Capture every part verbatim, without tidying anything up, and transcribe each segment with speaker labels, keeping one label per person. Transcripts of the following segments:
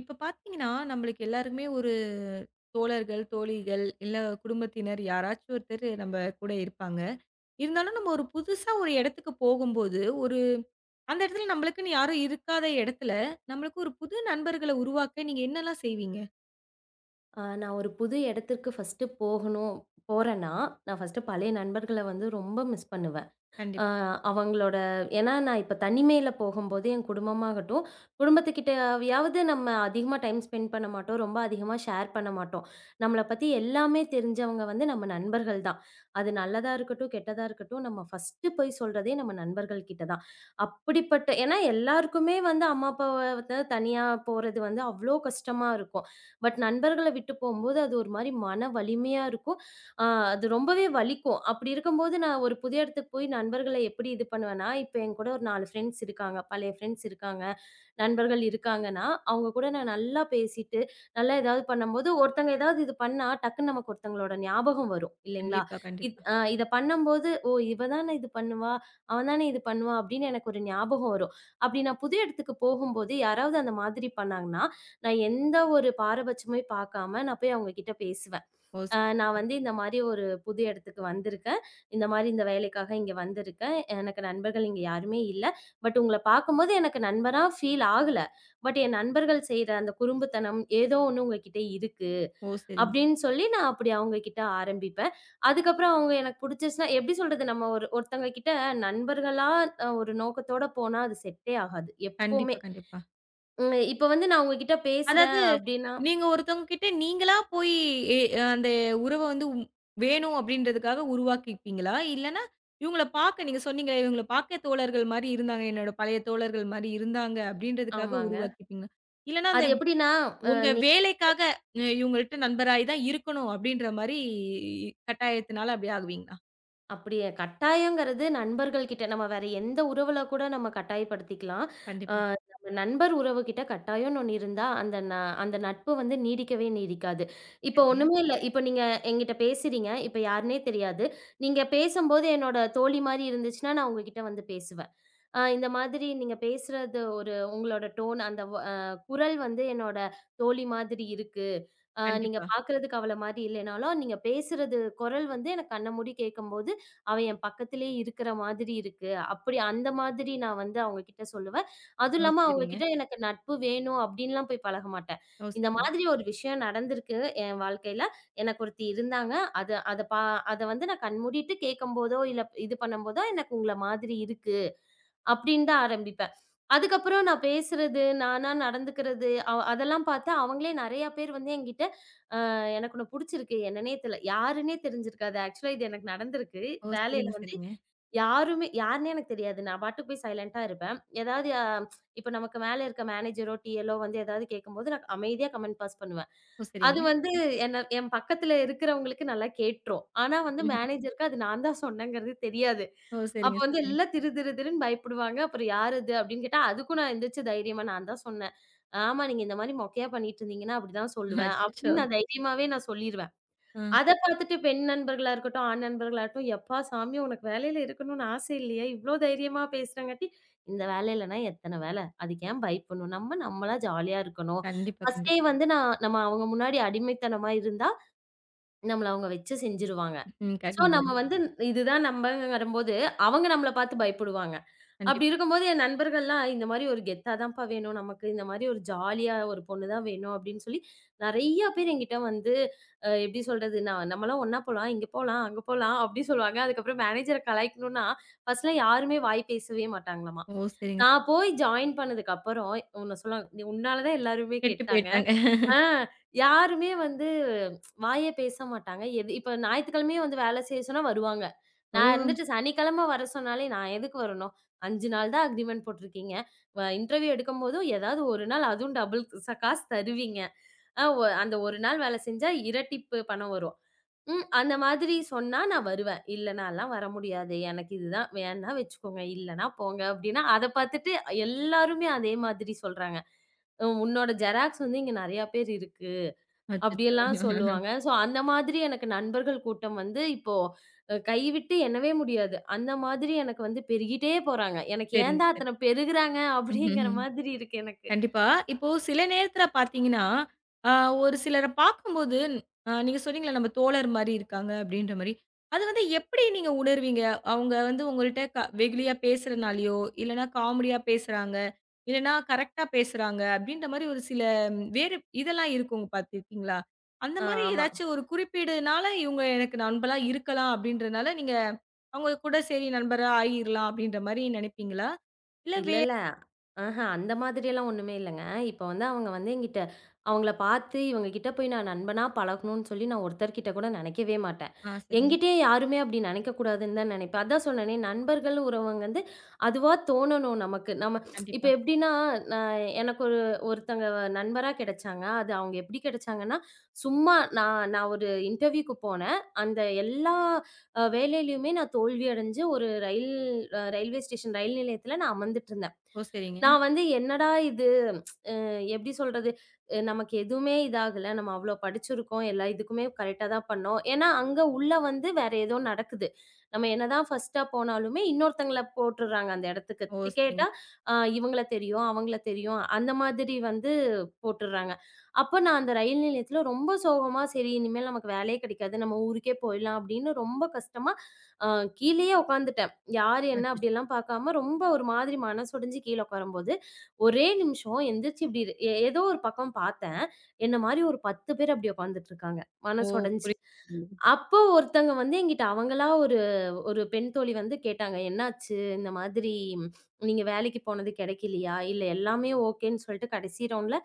Speaker 1: இப்ப பார்த்தீங்கன்னா, நம்மளுக்கு எல்லாருக்குமே ஒரு தோழர்கள், தோழிகள், இல்ல குடும்பத்தினர் யாராச்சும் ஒருத்தர் நம்ம கூட இருப்பாங்க. இருந்தாலும் நம்ம ஒரு புதுசா ஒரு இடத்துக்கு போகும்போது, ஒரு அந்த இடத்துல நம்மளுக்குன்னு யாரும் இருக்காத இடத்துல, நம்மளுக்கு ஒரு புது நண்பர்கள உருவாக்க நீங்க என்னலாம் செய்வீங்க?
Speaker 2: ஆ நான் ஒரு புது இடத்திற்கு ஃபர்ஸ்ட்டு போகணும் போறேன்னா, நான் ஃபர்ஸ்ட்டு பழைய நண்பர்கள வந்து ரொம்ப மிஸ் பண்ணுவேன். அ
Speaker 1: கண்டிப்
Speaker 2: அவங்களோட ஏன்னா நான் இப்ப தனிமையில போகும்போது என் குடும்பமாகட்டும், குடும்பத்துக்கிட்டயாவது நம்ம அதிகமா டைம் ஸ்பெண்ட் பண்ண மாட்டோம். ரொம்ப அதிகமா ஷேர் பண்ண மாட்டோம். நம்மள பத்தி எல்லாமே தெரிஞ்சவங்க வந்து நம்ம நண்பர்கள் தான். அது நல்லதா இருக்கட்டும், கெட்டதா இருக்கட்டும், நம்ம ஃபர்ஸ்ட்டு போய் சொல்றதே நம்ம நண்பர்கள் கிட்ட தான். அப்படிப்பட்ட ஏன்னா எல்லாருக்குமே வந்து அம்மா, அப்பாவ வந்து தனியா போறது வந்து அவ்ளோ கஷ்டமா இருக்கும். பட் நண்பர்கள விட்டு போம்போது அது ஒரு மாரி மன வலிமையா இருக்கும். ஆ அது ரொம்பவே வலிக்கும். அப்படி இருக்கும்போது நான் ஒரு புதிய இடத்துக்கு போய் நண்பர்கள எப்படி இது பண்ணுவேன்னா, இப்ப என் கூட ஒரு நாலு ஃப்ரெண்ட்ஸ் இருக்காங்க. பழைய ஃப்ரெண்ட்ஸ் இருக்காங்க. நண்பர்கள் இருக்காங்கன்னா, அவங்க கூட நான் நல்லா பேசிட்டு, நல்லா ஏதாவது பண்ணும்போது, ஒருத்தங்க ஏதாவது இது பண்ணா, டக்குன்னு நமக்கு ஒருத்தங்களோட ஞாபகம் வரும் இல்லைங்களா?
Speaker 1: கண்டிப்பா,
Speaker 2: இத்
Speaker 1: கண்டிப்பா.
Speaker 2: அ இத பண்ணும்போது, "ஓ! இவ தானே இது பண்ணுவா. அவன் தானே இது பண்ணுவான்." அப்படின்னு எனக்கு ஒரு ஞாபகம் வரும். அப்படி நான் புதிய இடத்துக்கு போகும்போது யாராவது அந்த மாதிரி பண்ணாங்கன்னா, நான் எந்த ஒரு பாரபட்சமும் பார்க்காம நான் போய் அவங்க கிட்ட பேசுவேன்.
Speaker 1: ஓ!
Speaker 2: அ
Speaker 1: சரிங்க
Speaker 2: நான்
Speaker 1: சார்.
Speaker 2: வந்து இந்த மாரி ஒரு புது இடத்துக்கு வந்திருக்கேன். இந்த மாரி இந்த வேலைக்காக இங்க வந்திருக்கேன். எனக்கு நண்பர்கள் இங்க யாருமே இல்ல. பட் உங்கள பார்க்கும்போது எனக்கு நண்பரா ஃபீல் ஆகல. பட் என் நண்பர்கள் செய்ற அந்த குறும்புத்தனம் ஏதோ ஒண்ணு உங்ககிட்ட இருக்கு.
Speaker 1: ஓ! சரிங்க சார்.
Speaker 2: அப்படின்னு சொல்லி நான் அப்படி அவங்க கிட்ட ஆரம்பிப்பேன். அதுக்கப்புறம் அவங்க எனக்கு புடிச்சிருச்சுனா எப்படி சொல்றது? நம்ம ஒரு ஒருத்தவங்க கிட்ட நண்பர்களா அ ஒரு நோக்கத்தோட போனா அது செட்டே ஆகாது. எப்பவுமே.
Speaker 1: கண்டிப்பா, கண்டிப்பா.
Speaker 2: ம். இப்ப வந்து நான் உங்ககிட்ட பேசுறேன்
Speaker 1: அதாவது,
Speaker 2: அப்படின்னா
Speaker 1: நீங்க ஒருத்தவங்க கிட்ட நீங்களா போய் எ அந்த உறவ வந்து உம் வேணும் அப்டின்றதுக்காக உருவாக்கிப்பீங்களா? இல்லன்னா, இவங்கள பார்க்க நீங்க சொன்னீங்களே, இவங்கள பார்க்க தோழர்கள் மாரி இருந்தாங்க. என்னோட பழைய தோழர்கள் மாரி இருந்தாங்க அப்டின்றதுக்காக
Speaker 2: ஆமாங்க.
Speaker 1: உருவாக்கிப்பீங்களா? இல்லன்னா, அந்த
Speaker 2: அது எப்படின்னா, அ
Speaker 1: உங்க
Speaker 2: நீ
Speaker 1: வேலைக்காக அஹ், இவங்கள்ட்ட நண்பராயி தான் இருக்கணும் அப்டின்ற மாரி கட்டாயத்தினால அப்டி ஆகுவீங்களா?
Speaker 2: அப்படியே கட்டாயங்கிறது நண்பர்கள் கிட்ட நம்ம வேற எந்த உறவுல கூட நம்ம கட்டாயப்படுத்திக்கலாம். அ
Speaker 1: கண்டிப்பா.
Speaker 2: நம்ம நண்பர் உறவு கிட்ட கட்டாயம்னு ஒண்ணு இருந்தா, அந்த ந அந்த நட்பு வந்து நீடிக்கவே நீடிக்காது. இப்போ
Speaker 1: சரிங்க.
Speaker 2: ஒண்ணுமே இல்ல. இப்போ நீங்க என்கிட்ட பேசுறீங்க. இப்போ யாருன்னே தெரியாது. நீங்க பேசும்போது என்னோட தோழி மாரி இருந்துச்சுன்னா, நான் உங்ககிட்ட வந்து பேசுவேன். அ இந்த மாதிரி நீங்க பேசுறது ஒரு உங்களோட டோன் அந்த வ அ குரல் வந்து என்னோட தோழி மாதிரி இருக்கு. அ நீங்க
Speaker 1: கண்டிப்பா.
Speaker 2: பார்க்குறதுக்கு அவள மாரி இல்லனாலும், நீங்க பேசுறது குரல் வந்து எனக்கு கண்ண மூடி கேட்கும்போது, அவ என் பக்கத்திலேயே இருக்கிற மாதிரி இருக்கு. அப்படி அந்த மாதிரி நான் வந்து அவங்ககிட்ட சொல்லுவேன். அதுவும்
Speaker 1: ஓ!
Speaker 2: இல்லாம
Speaker 1: சரிங்க.
Speaker 2: அவங்ககிட்ட எனக்கு நட்பு வேணும் அப்படின்லாம் போய் பழக மாட்டேன்.
Speaker 1: ஓ!
Speaker 2: இந்த
Speaker 1: சரிங்க.
Speaker 2: மாதிரி ஒரு விஷயம் நடந்திருக்கு என் வாழ்க்கையில. எனக்கு ஒருத்தி இருந்தாங்க. அத அத பா அத வந்து நான் கண் மூடிட்டு கேட்கும்போதோ, இல்ல இது பண்ணும்போதோ எனக்கு உங்கள மாதிரி இருக்கு. அப்படின்னு தான் ஆரம்பிப்பேன். அதுக்கப்புறம் நான் பேசுறது, நானா நடந்துக்கிறது, அவ் அதெல்லாம் பார்த்து அவங்களே நெறைய பேர் வந்து என்கிட்ட எனக்கு உன்ன புடிச்சிருக்கு. என்னன்னே தெர்ல. யாருன்னே தெரிஞ்சிருக்காது. ஆக்சுவலா இது எனக்கு நடந்திருக்கு.
Speaker 1: ஓ!
Speaker 2: வேலையில
Speaker 1: சரிங்க,
Speaker 2: வந்து
Speaker 1: சரிங்க.
Speaker 2: யாருமே யாருன்னே எனக்கு தெரியாது. நான் பாட்டுக்கு போய் சைலன்ட்டா இருப்பேன். ஏதாவது அ இப்ப நமக்கு மேல இருக்க மேனேஜரோ, டிஎல்லோ வந்து ஏதாவது கேட்கும்போது நான் அமைதியா கமெண்ட் பாஸ் பண்ணுவேன்.
Speaker 1: ஓ! சரிங்க.
Speaker 2: அது வந்து என்ன என் பக்கத்துல இருக்கிறவங்களுக்கு நல்லா கேட்டுரும். ஆனா வந்து மேனேஜருக்கு அது நான் தான் சொன்னேங்கிறது தெரியாது.
Speaker 1: ஓ!
Speaker 2: அப்ப
Speaker 1: சரிங்க,
Speaker 2: வந்து
Speaker 1: சரிங்க.
Speaker 2: எல்லாம் திரு திரு திருன்னு பயப்படுவாங்க. அப்புறம் யார் இது அப்படின்னு கேட்டா, அதுக்கும் நான் எந்திரிச்சு தைரியமா நான் தான் சொன்னேன். ஆமா. நீங்க இந்த மாரி மொக்கையா பண்ணிட்டு இருந்தீங்கன்னா, அப்படிதான் சொல்லுவேன்.
Speaker 1: அச்சச்சோ!
Speaker 2: அப்படின்னு நான் தைரியமாவே நான் சொல்லிருவேன்.
Speaker 1: ஆ.
Speaker 2: அத பார்த்துட்டு பெண் நண்பர்களா இருக்கட்டும், ஆண் நண்பர்களாகட்டும், "எப்பா சாமி உனக்கு வேலையில இருக்கணும்னு ஆசை இல்லையா? இவ்ளோ தைரியமா பேசுறங்காட்டி, இந்த வேலை இல்லன்னா எத்தன வேலை? அதுக்கு ஏன் பயப்படணும்? நம்ம நம்மளா ஜாலியா இருக்கணும்."
Speaker 1: கண்டிப்பா,
Speaker 2: ஃபர்ஸ்ட்டே
Speaker 1: கண்டிப்பா.
Speaker 2: வந்து நான் நம்ம அவங்க முன்னாடி அடிமைத்தனமா இருந்தா, நம்மள அவங்க வச்சு செஞ்சுருவாங்க.
Speaker 1: ம்.
Speaker 2: ஸோ நம்ம
Speaker 1: கண்டிப்பாங்க.
Speaker 2: வந்து இதுதான் நம்பங்கிறம்போது, அவங்க நம்மள பார்த்து பயப்படுவாங்க. அப்படி
Speaker 1: கண்டிப்பா.
Speaker 2: இருக்கும்போது என் நண்பர்கள்லாம் இந்த மாதிரி ஒரு கெத்தா தான்ப்பா வேணும் நமக்கு. இந்த மாதிரி ஒரு ஜாலியா ஒரு பொண்ணு தான் வேணும் அப்படின்னு சொல்லி நெறைய பேர் என்கிட்ட வந்து அ எப்படி சொல்றது? நான் நம்மலாம் ஒண்ணா போலாம், இங்க போலாம், அங்க போலாம் அப்படி சொல்லுவாங்க. அதுக்கப்புறம் மேனேஜர கலாய்க்கணும்னா, ஃபர்ஸ்ட்லாம் யாருமே வாய் பேசவே மாட்டாங்களாமா.
Speaker 1: ஓ! சரிங்க, சரி.
Speaker 2: நான் போய் ஜாயின் பண்ணதுக்கு அப்புறம் உன்ன சொல்லுவாங்க. "உன்னால தான் எல்லாருமே
Speaker 1: கெட்டு
Speaker 2: கெட்டாங்க.
Speaker 1: போயிட்டாங்க.
Speaker 2: ஆ யாருமே வந்து வாயே பேச மாட்டாங்க. எது இப்ப ஞாயித்துக்கிழமையும் வந்து வேலை செய்ய சொன்னா வருவாங்க.
Speaker 1: ஓ!
Speaker 2: நான் இருந்துட்டு சனிக்கிழமை வர சொன்னாலே நான் எதுக்கு வரணும்? அஞ்சு நாள் தான் அக்ரீமெண்ட் போட்டுருக்கீங்க. வ இன்டர்வியூ எடுக்கும்போதும் ஏதாவது ஒரு நாள் அதுவும் டபுள் ச காசு தருவீங்க. அ ஒ அந்த ஒரு நாள் வேலை செஞ்சா இரட்டிப்பு பணம் வரும். ம். அந்த மாதிரி சொன்னா நான் வருவேன். "இல்ல நான்லாம் வர முடியாது. எனக்கு இதுதான் வேணா வச்சுக்கோங்க. இல்லன்னா போங்க." அப்படின்னா அத பார்த்துட்டு எல்லாருமே அதே மாதிரி சொல்றாங்க. உம், "உன்னோட ஜெராக்ஸ் வந்து இங்க நெறையா பேர் இருக்கு."
Speaker 1: அச்சச்சோ!
Speaker 2: அப்படியெல்லாம் சொல்லுவாங்க. ஸோ அந்த மாதிரி எனக்கு நண்பர்கள் கூட்டம் வந்து இப்போ அ கைவிட்டு எண்ணவே முடியாது. அந்த மாதிரி எனக்கு வந்து பெருகிட்டே போறாங்க. எனக்கு
Speaker 1: சரிங்க,
Speaker 2: ஏன்தான்
Speaker 1: சரி.
Speaker 2: அத்தன பெருகுறாங்க அப்படிங்கிற
Speaker 1: ம்ஹ்ம்.
Speaker 2: மாதிரி இருக்கு எனக்கு.
Speaker 1: கண்டிப்பா. இப்போ சில நேரத்துல பார்த்தீங்கன்னா, அ ஒரு சிலர பார்க்கும்போது அ நீங்க சொன்னீங்கல்ல, நம்ம தோழர் மாரி இருக்காங்க அப்படின்ற மாரி. அது வந்து எப்படி நீங்க உணர்வீங்க? அவங்க வந்து உங்கள்ட்ட க வெகுளியா பேசுறனாலயோ, இல்லன்னா காமெடியா பேசுறாங்க, இல்லன்னா கரெக்ட்டா பேசுறாங்க அப்படின்ற மாரி ஒரு சில ம், வேறு இதெல்லாம் இருக்கும் பார்த்துருக்கீங்களா? அந்த
Speaker 2: ஆ
Speaker 1: மாரி
Speaker 2: ஆமா.
Speaker 1: ஏதாச்சும் ஒரு குறிப்பீடுனால, இவங்க எனக்கு நண்பளா இருக்கலாம் அப்படின்றனால, நீங்க அவங்க கூட சரி நண்பரா ஆயிரலாம் அப்படின்ற மாரி நினைப்பீங்களா? இல்ல
Speaker 2: இல்ல,
Speaker 1: வே
Speaker 2: இல்ல. ஆஹ அந்த மாதிரியெல்லாம் ஒண்ணுமே இல்லங்க. இப்ப வந்து அவங்க வந்து என்கிட்ட அவங்கள பார்த்து இவங்க கிட்ட போய் நான் நண்பனா பழகணும்னு சொல்லி நான் ஒருத்தர்கிட்ட கூட நெனைக்கவே மாட்டேன்.
Speaker 1: ஆ சரிங்க.
Speaker 2: என்கிட்டயே யாருமே அப்டி நெனைக்கக்கூடாதுன்னு தான் நெனைப்பேன். அதான் சொன்னேனே நண்பர்கள், உறவுங்க வந்து அதுவா தோணணும் நமக்கு. நம்ம இப்ப
Speaker 1: கண்டிப்பா.
Speaker 2: எப்டின்னா, நான் எனக்கு ஒரு ஒருத்தங்க நண்பரா கிடைச்சாங்க. அது அவங்க எப்டி கிடைச்சாங்கன்னா, சும்மா நான் நான் ஒரு இன்டர்வியூக்கு போனேன். அந்த எல்லா அ வேலையிலயுமே நான் தோல்வி அடைஞ்சு ஒரு ரயில் அ ரயில்வே ஸ்டேஷன் ரயில் நிலையத்தில நான் அமர்ந்துட்டு இருந்தேன்.
Speaker 1: ஓ! சரிங்க.
Speaker 2: நான் வந்து என்னடா இது! எப்படி சொல்றது? அ நமக்கு எதுவுமே இதாகல. நம்ம அவ்ளோ படிச்சிருக்கோம். எல்லா இதுக்குமே கரெக்ட்டா தான் பண்ணோம். ஏன்னா, அங்க உள்ள வந்து வேற ஏதோ நடக்குது. நம்ம என்னதான் ஃபர்ஸ்ட்டா போனாலுமே இன்னொருத்தங்கள போட்டுர்றாங்க அந்த இடத்துக்கு.
Speaker 1: ஓ! சரிங்க.
Speaker 2: கேட்டா, அ இவங்கள தெரியும், அவங்கள தெரியும். அந்த மாதிரி வந்து போட்டுர்றாங்க. அப்ப நான் அந்த ரயில் நிலையத்தில ரொம்ப சோகமா, சரி இனிமேல் நமக்கு வேலையே கிடைக்காது. நம்ம ஊருக்கே போயிடலாம் அப்படின்னு ரொம்ப கஷ்டமா அ கீழேயே உட்காந்துட்டேன். யார் என்ன
Speaker 1: அச்சச்சோ!
Speaker 2: அப்படியெல்லாம் பார்க்காம ரொம்ப ஒரு மாதிரி மனசொடைஞ்சு கீழ உட்காரும்போது, ஒரே நிமிஷம் எந்திரிச்சு இப்படி எ ஏதோ ஒரு பக்கம் பார்த்தேன். என்ன மாரி ஒரு பத்து பேர் அப்படி உட்கார்ந்துட்டு இருக்காங்க.
Speaker 1: ஓ!
Speaker 2: மனசொடைஞ்சு.
Speaker 1: புரியுது.
Speaker 2: அப்போ ஒருத்தங்க வந்து என்கிட்ட அவங்களா ஒரு ஒரு பெண் தோழி வந்து கேட்டாங்க. "என்னாச்சு? இந்த மாதிரி ம், நீங்க வேலைக்கு போனது கிடைக்கலையா? இல்ல எல்லாமே ஓகேன்னு சொல்லிட்டு கடைசி ரவுண்ட்ல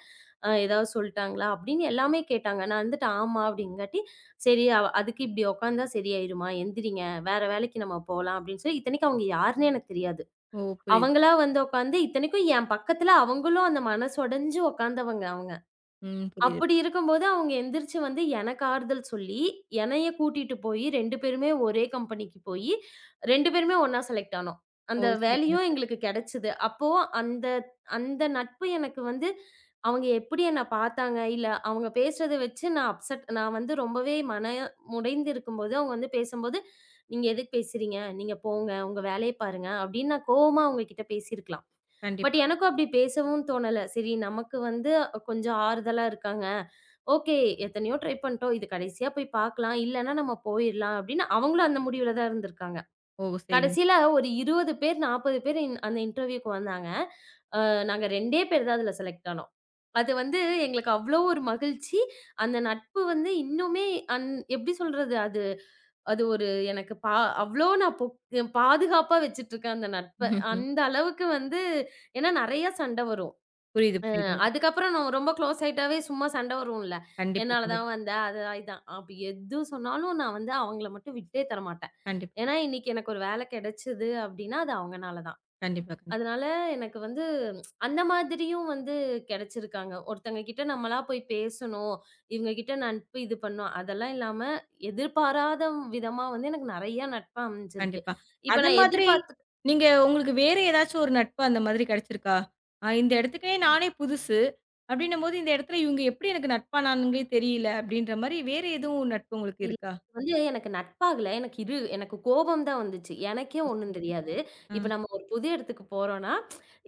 Speaker 2: அ ஏதாவது சொல்ட்டாங்களா?" அப்படின்னு எல்லாமே கேட்டாங்க. நான் வந்துட்டு ஆமா அப்படிங்காட்டி, "சரி அவ அதுக்கு இப்படி உட்கார்ந்தா சரியாயிருமா? எந்திரிங்க. வேற வேலைக்கு நம்ம போலாம்." அப்படின்னு சொல்லி இத்தனைக்கும் அவங்க யாருன்னே எனக்கு தெரியாது.
Speaker 1: ஓ! புரியுது.
Speaker 2: அவங்களா வந்து உட்காந்து இத்தனைக்கும் என் பக்கத்துல அவங்களும் அந்த மனசு உடைஞ்சு உட்காந்தவங்க. அவங்க
Speaker 1: ம். புரியுது.
Speaker 2: அப்படி இருக்கும்போது அவங்க எந்திரிச்சு வந்து எனக்கு ஆறுதல் சொல்லி, என்னைய கூட்டிட்டு போயி ரெண்டு பேருமே ஒரே கம்பெனிக்கு போயி, ரெண்டு பேருமே ஒண்ணா செலக்ட் ஆனோம்.
Speaker 1: ஓ!
Speaker 2: அந்த
Speaker 1: சரிங்க
Speaker 2: வேலையும்
Speaker 1: சார்.
Speaker 2: எங்களுக்கு கெடைச்சது. அப்போ அந்த அந்த நட்பு எனக்கு வந்து அவங்க எப்படி என்ன பார்த்தாங்க, இல்ல அவங்க பேசுறத வச்சு நான் அப்செட் நான் வந்து ரொம்பவே மன உடைந்து இருக்கும்போது, அவங்க வந்து பேசும்போது, "நீங்க எதுக்கு பேசுறீங்க? நீங்க போங்க. உங்க வேலைய பாருங்க" அப்படின்னு நான் கோவமா அவங்க கிட்ட பேசியிருக்கலாம். பட்
Speaker 1: கண்டிப்பா.
Speaker 2: எனக்கும் அப்படி பேசவும் தோணல. சரி நமக்கு வந்து கொஞ்சம் ஆறுதலா இருக்காங்க. ஓகே எத்தனையோ ட்ரை பண்ணிட்டோம். இது கடைசியா போய் பார்க்கலாம். இல்லன்னா நம்ம போயிரலாம் அப்படின்னு அவங்களும் அந்த முடிவுல தான் இருந்திருக்காங்க.
Speaker 1: ஓ! சரிங்க.
Speaker 2: கடைசியில ஒரு இருபது பேர், நாற்பது பேர் இன் அந்த இன்டர்வியூக்கு வந்தாங்க. அ நாங்க 2டே பேர் தான் அதுல செலக்ட் ஆனோம். அது வந்து எங்களுக்கு அவ்ளோ ஒரு மகிழ்ச்சி. அந்த நட்பு வந்து இன்னுமே அந் எப்படி சொல்றது? அது அது ஒரு எனக்கு பா அவ்ளோ நான் பொக் பாதுகாப்பா வச்சுட்டுருக்கேன் அந்த நட்ப.
Speaker 1: ம்ஹ்ம்.
Speaker 2: அந்த அளவுக்கு வந்து ஏன்னா நெறைய சண்ட வரும்.
Speaker 1: புரியுது,
Speaker 2: அ
Speaker 1: புரியுதுங்க.
Speaker 2: அதுக்கப்புறம் நம்ம ரொம்ப க்ளோஸ் ஆயிட்டாவே சும்மா சண்டை வரும்ல.
Speaker 1: கண்டிப்பா,
Speaker 2: "என்னால
Speaker 1: கண்டிப்பா,
Speaker 2: தான் வந்த, அது இதான்." அப்படி எது சொன்னாலும் நான் வந்து அவங்கள மட்டும் விட்டே தரமாட்டேன்.
Speaker 1: கண்டிப்பா,
Speaker 2: ஏன்னா இன்னைக்கு எனக்கு ஒரு வேலை கிடைச்சது அப்படின்னா, அது அவங்கனால தான்.
Speaker 1: கண்டிப்பா, கண்டிப்பா,
Speaker 2: அதனால எனக்கு வந்து ம், அந்த மாதிரியும் வந்து கிடைச்சிருக்காங்க. ஒருத்தங்க கிட்ட நம்மளா போய் பேசணும், இவங்க கிட்ட நட்பு இது பண்ணும், அதெல்லாம் இல்லாம எதிர்பாராத விதமா வந்து எனக்கு நெறைய நட்பு அமைஞ்சிருக்கு.
Speaker 1: கண்டிப்பா.
Speaker 2: இப்ப
Speaker 1: அத
Speaker 2: நான்
Speaker 1: மாதிரி
Speaker 2: எதிர்பார்த்து
Speaker 1: நீங்க உங்களுக்கு வேற ஏதாச்சும் ஒரு நட்பு அந்த மாதிரி கிடைச்சிருக்கா? அ இந்த இடத்துக்கே நானே புதுசு. அப்படின்னும்போது இந்த இடத்துல இவங்க எப்படி எனக்கு நட்பானானுங்களே தெரியல அப்படின்ற மாரி வேற எதுவும் நட்பு உங்களுக்கு
Speaker 2: இல்ல.
Speaker 1: இருக்கா?
Speaker 2: அது வந்து எனக்கு நட்பாகல. எனக்கு இரு எனக்கு கோபம் தான் வந்துச்சு. எனக்கே
Speaker 1: ஓ!
Speaker 2: ஒண்ணும்
Speaker 1: சரிங்க.
Speaker 2: தெரியாது.
Speaker 1: ஆ.
Speaker 2: இப்ப நம்ம ஒரு புது இடத்துக்கு போறோம்னா,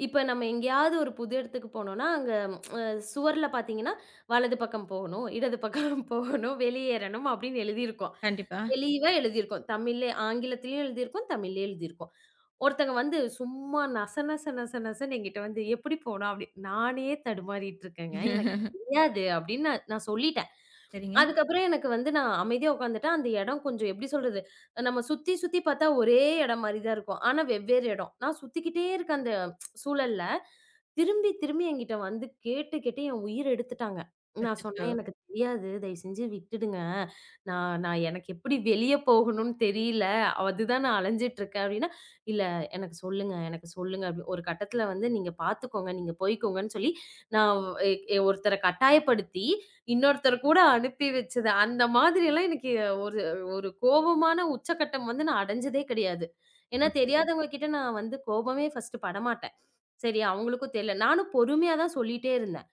Speaker 2: இப்ப நம்ம எங்கேயாவது ஒரு புது இடத்துக்கு போனோம்னா, அங்க அ சுவர்ல பார்த்தீங்கன்னா, வலது பக்கம் போகணும், இடது பக்கம் போகணும், வெளியேறணும் அப்படின்னு எழுதியிருக்கும்.
Speaker 1: கண்டிப்பா.
Speaker 2: தெளிவா எழுதியிருக்கும். தமிழ்ல ஆங்கிலத்திலயும் எழுதியிருக்கும், தமிழ்லயும் எழுதியிருக்கும். ஒருத்தங்க வந்து சும்மா நச நச நச நசன்னு என்கிட்ட வந்து "எப்படி போணும்?" அப்படி நானே தடுமாறிட்டு இருக்கேங்க. எனக்கு தெரியாது அப்படின்னு நான் நான் சொல்லிட்டேன்.
Speaker 1: சரிங்க.
Speaker 2: அதுக்கப்புறம் எனக்கு வந்து நான் அமைதியா உட்காந்துட்டேன். அந்த இடம் கொஞ்சம் எப்படி சொல்றது? நம்ம சுத்தி சுத்தி பார்த்தா ஒரே இடம் மாரி தான் இருக்கும். ஆனா வெவ்வேறு இடம். நான் சுத்திக்கிட்டே இருக்க அந்த சூழல்ல, திரும்பி திரும்பி என்கிட்ட வந்து கேட்டு கேட்டு என் உயிர எடுத்துட்டாங்க. நான்
Speaker 1: அச்சச்சோ!
Speaker 2: சொன்னேன், "எனக்கு தெரியாது. தயவு செஞ்சு விட்டுடுங்க. நான் நான் எனக்கு எப்படி வெளிய போகணும்னு தெரியல. அதுதான் நான் அலைஞ்சுட்டு இருக்கேன்." அப்படின்னா, "இல்ல எனக்கு சொல்லுங்க, எனக்கு சொல்லுங்க" அப்படி ஒரு கட்டத்தில வந்து "நீங்க பார்த்துக்கோங்க, நீங்க போய்க்கோங்கன்னு" சொல்லி நான் எ எ ஒருத்தர கட்டாயப்படுத்தி, இன்னொருத்தர கூட அனுப்பி வச்சது. அந்த மாதிரியெல்லாம் எனக்கு ஒரு ஒரு கோபமான உச்சகட்டம் வந்து நான் அடைஞ்சதே கிடையாது.
Speaker 1: ஓ!
Speaker 2: ஏன்னா
Speaker 1: சரி.
Speaker 2: தெரியாதவங்க கிட்ட நான் வந்து கோபமே ஃபர்ஸ்ட்டு படமாட்டேன். சரி அவங்களுக்கும் தெரியல. நானும் பொறுமையா தான் சொல்லிட்டே இருந்தேன்.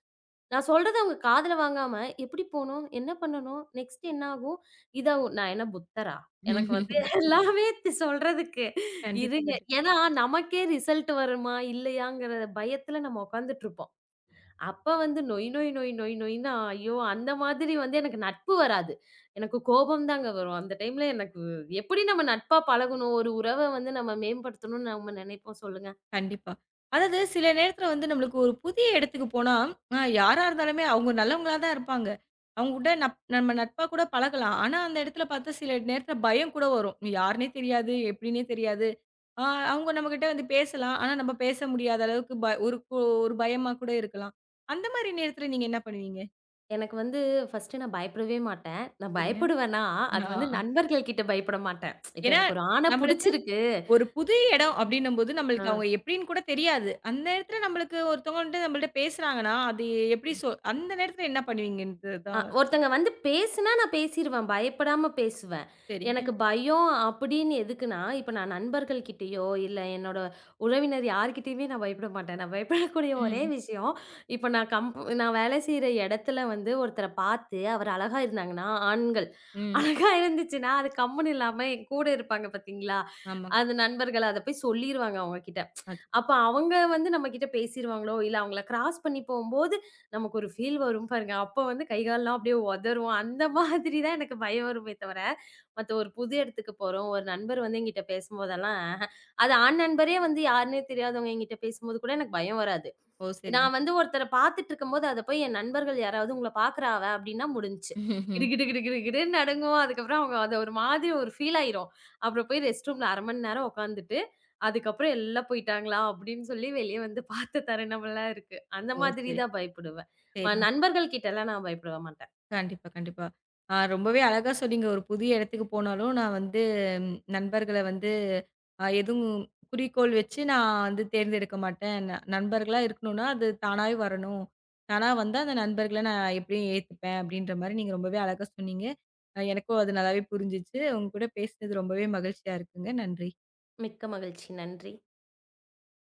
Speaker 2: நான் சொல்றத அவங்க காதுல வாங்காம, "எப்படி போணும்? என்ன பண்ணணும்? நெக்ஸ்ட் என்ன ஆகும்? இத நான் என்ன புத்தரா? எனக்கு வந்து எல்லாமே தி சொல்றதுக்கு
Speaker 1: கண்டிப்பா,
Speaker 2: இருங்க."
Speaker 1: கண்டிப்பா.
Speaker 2: ஏன்னா நமக்கே ரிசல்ட் வருமா? இல்லையாங்கிற பயத்துல நம்ம உட்கார்ந்துட்டுருப்போம். அப்ப வந்து நொய் நொய் நொய் நொய் நொய்ன்னா, ஐயோ! அந்த மாதிரி வந்து எனக்கு நட்பு வராது. எனக்கு கோபம் தாங்க வரும். அந்த டைம்ல எனக்கு எப்படி நம்ம நட்பா பழகணும்? ஒரு உறவ வந்து நம்ம மேம்படுத்தணும்னு நம்ம நினைப்போம் சொல்லுங்க?
Speaker 1: கண்டிப்பா. அதாவது சில நேரத்துல வந்து நம்மளுக்கு ஒரு புதிய இடத்துக்கு போனா, அ யாரா இருந்தாலுமே அவங்க நல்லவங்களா தான் இருப்பாங்க. அவங்க கூட நப் நம்ம நட்பா கூட பழகலாம். ஆனா, அந்த இடத்துல பார்த்தா சில நேரத்துல பயம் கூட வரும். யாருன்னே தெரியாது, எப்படின்னே தெரியாது. ஆ அவங்க நம்மகிட்ட வந்து பேசலாம். ஆனா, நம்ம பேச முடியாத அளவுக்கு ப ஒரு கு ஒரு பயமா கூட இருக்கலாம். அந்த மாரி நேரத்துல நீங்க என்ன பண்ணுவீங்க?
Speaker 2: எனக்கு வந்து ஃபர்ஸ்ட்டு நான் பயப்படவே மாட்டேன். நான்
Speaker 1: சரிங்க.
Speaker 2: பயப்படுவேன்னா, அது
Speaker 1: ஆ
Speaker 2: வந்து நண்பர்கள் கிட்ட பயப்பட மாட்டேன். இப்ப
Speaker 1: ஏன்னா,
Speaker 2: எனக்கு ஒரு ஆண
Speaker 1: நம்மளுக்கு
Speaker 2: புடிச்சிருக்கு.
Speaker 1: ஒரு புது இடம் அப்டின்னும்போது,
Speaker 2: ஆ.
Speaker 1: நம்மளுக்கு அவங்க எப்டின்னு கூட தெரியாது. அந்த நேரத்துல நம்மளுக்கு ஒருத்தவங்க வந்துட்டு நம்மள்ட்ட பேசுறாங்கன்னா, அது எப்டி சொ அந்த நேரத்துல என்ன பண்ணுவீங்கன்றது
Speaker 2: அ
Speaker 1: தான்.
Speaker 2: ஒருத்தங்க வந்து பேசுனா நான் பேசிருவேன். பயப்படாம பேசுவேன்.
Speaker 1: சரிங்க.
Speaker 2: எனக்கு பயம் அப்படின்னு எதுக்குன்னா, இப்ப நான் நண்பர்கள்கிட்டயோ, இல்ல என்னோட உறவினர் யார்கிட்டயுமே நான் பயப்பட மாட்டேன். நான் பயப்படக்கூடிய ஒரே
Speaker 1: ம்.
Speaker 2: விஷயம், இப்ப நான் கம்ப் நான் வேலை செய்ற இடத்துல வந்து ஒருத்தர பார்த்து அவர் அழகா இருந்தாங்கன்னா, ஆண்கள்
Speaker 1: ம்.
Speaker 2: அழகா இருந்துச்சுன்னா, அது கம்முன்னு இல்லாம என் கூட இருப்பாங்க பார்த்தீங்களா?
Speaker 1: ஆமாங்க.
Speaker 2: அது நண்பர்கள் அத போய் சொல்லிருவாங்க அவங்க கிட்ட.
Speaker 1: ஆச்சு.
Speaker 2: அப்ப அவங்க வந்து நம்மகிட்ட பேசிருவாங்களோ! இல்ல அவங்கள கிராஸ் பண்ணி போம்போது, நமக்கு ஒரு ஃபீல் வரும் பாருங்க. அப்ப வந்து கை கால்லாம் அப்படியே உதறும். அந்த மாதிரி தான் எனக்கு பயம் வருமே தவிர, மத்த ஒரு புது இடத்துக்கு போறோம். ஒரு நண்பர் வந்து என்கிட்ட பேசும்போதெல்லாம், அது ஆண் நண்பரே வந்து யாருன்னே தெரியாதவங்க என்கிட்ட பேசும்போது கூட எனக்கு பயம் வராது.
Speaker 1: ஓ! சரிங்க.
Speaker 2: நான் வந்து ஒருத்தர பாத்துட்டுருக்கும்போது, அத போய் என் நண்பர்கள் யாராவது "உங்கள பாக்குறா அவ" அப்படின்னா முடிஞ்சுச்சு.
Speaker 1: ம்ஹ்ம்.
Speaker 2: கிடு கிடு கிடு கிடு கிடுன்னு நடுங்குவோம். அதுக்கப்புறம் அவங்க அது ஒரு மாதிரி ஒரு ஃபீல் ஆயிரும். அப்புறம் போய் ரெஸ்ட் ரூம்ல அரை மணி நேரம் உக்காந்துட்டு, அதுக்கப்புறம் "எல்லாம் போயிட்டாங்களா?" அப்படின்னு சொல்லி வெளிய வந்து பாத்த தருணமெல்லாம் இருக்கு. அந்த
Speaker 1: ஓ!
Speaker 2: மாதிரி
Speaker 1: சரி.
Speaker 2: தான் பயப்படுவேன். ம
Speaker 1: சரிங்க.
Speaker 2: நண்பர்கள் கிட்டலாம் நான் பயப்படவே மாட்டேன்.
Speaker 1: கண்டிப்பா, கண்டிப்பா. ஆ ரொம்பவே அழகா சொன்னீங்க. ஒரு புதிய இடத்துக்கு போனாலும், நான் வந்து நண்பர்கள வந்து அ எதுவும் குறிக்கோள் வச்சு நான் வந்து தேர்ந்தெடுக்க மாட்டேன். ந நண்பர்களா இருக்கணும்னா, அது தானாவே வரணும். தானா வந்தா அந்த நண்பர்கள நான் எப்படியும் ஏத்துப்பேன், அப்படின்ற மாரி நீங்க ரொம்பவே அழகா சொன்னீங்க. அ எனக்கும் அது நல்லாவே புரிஞ்சுச்சு. உங்க கூட பேசினது ரொம்பவே மகிழ்ச்சியா இருக்குங்க. நன்றி.
Speaker 2: மிக்க மகிழ்ச்சி. நன்றி.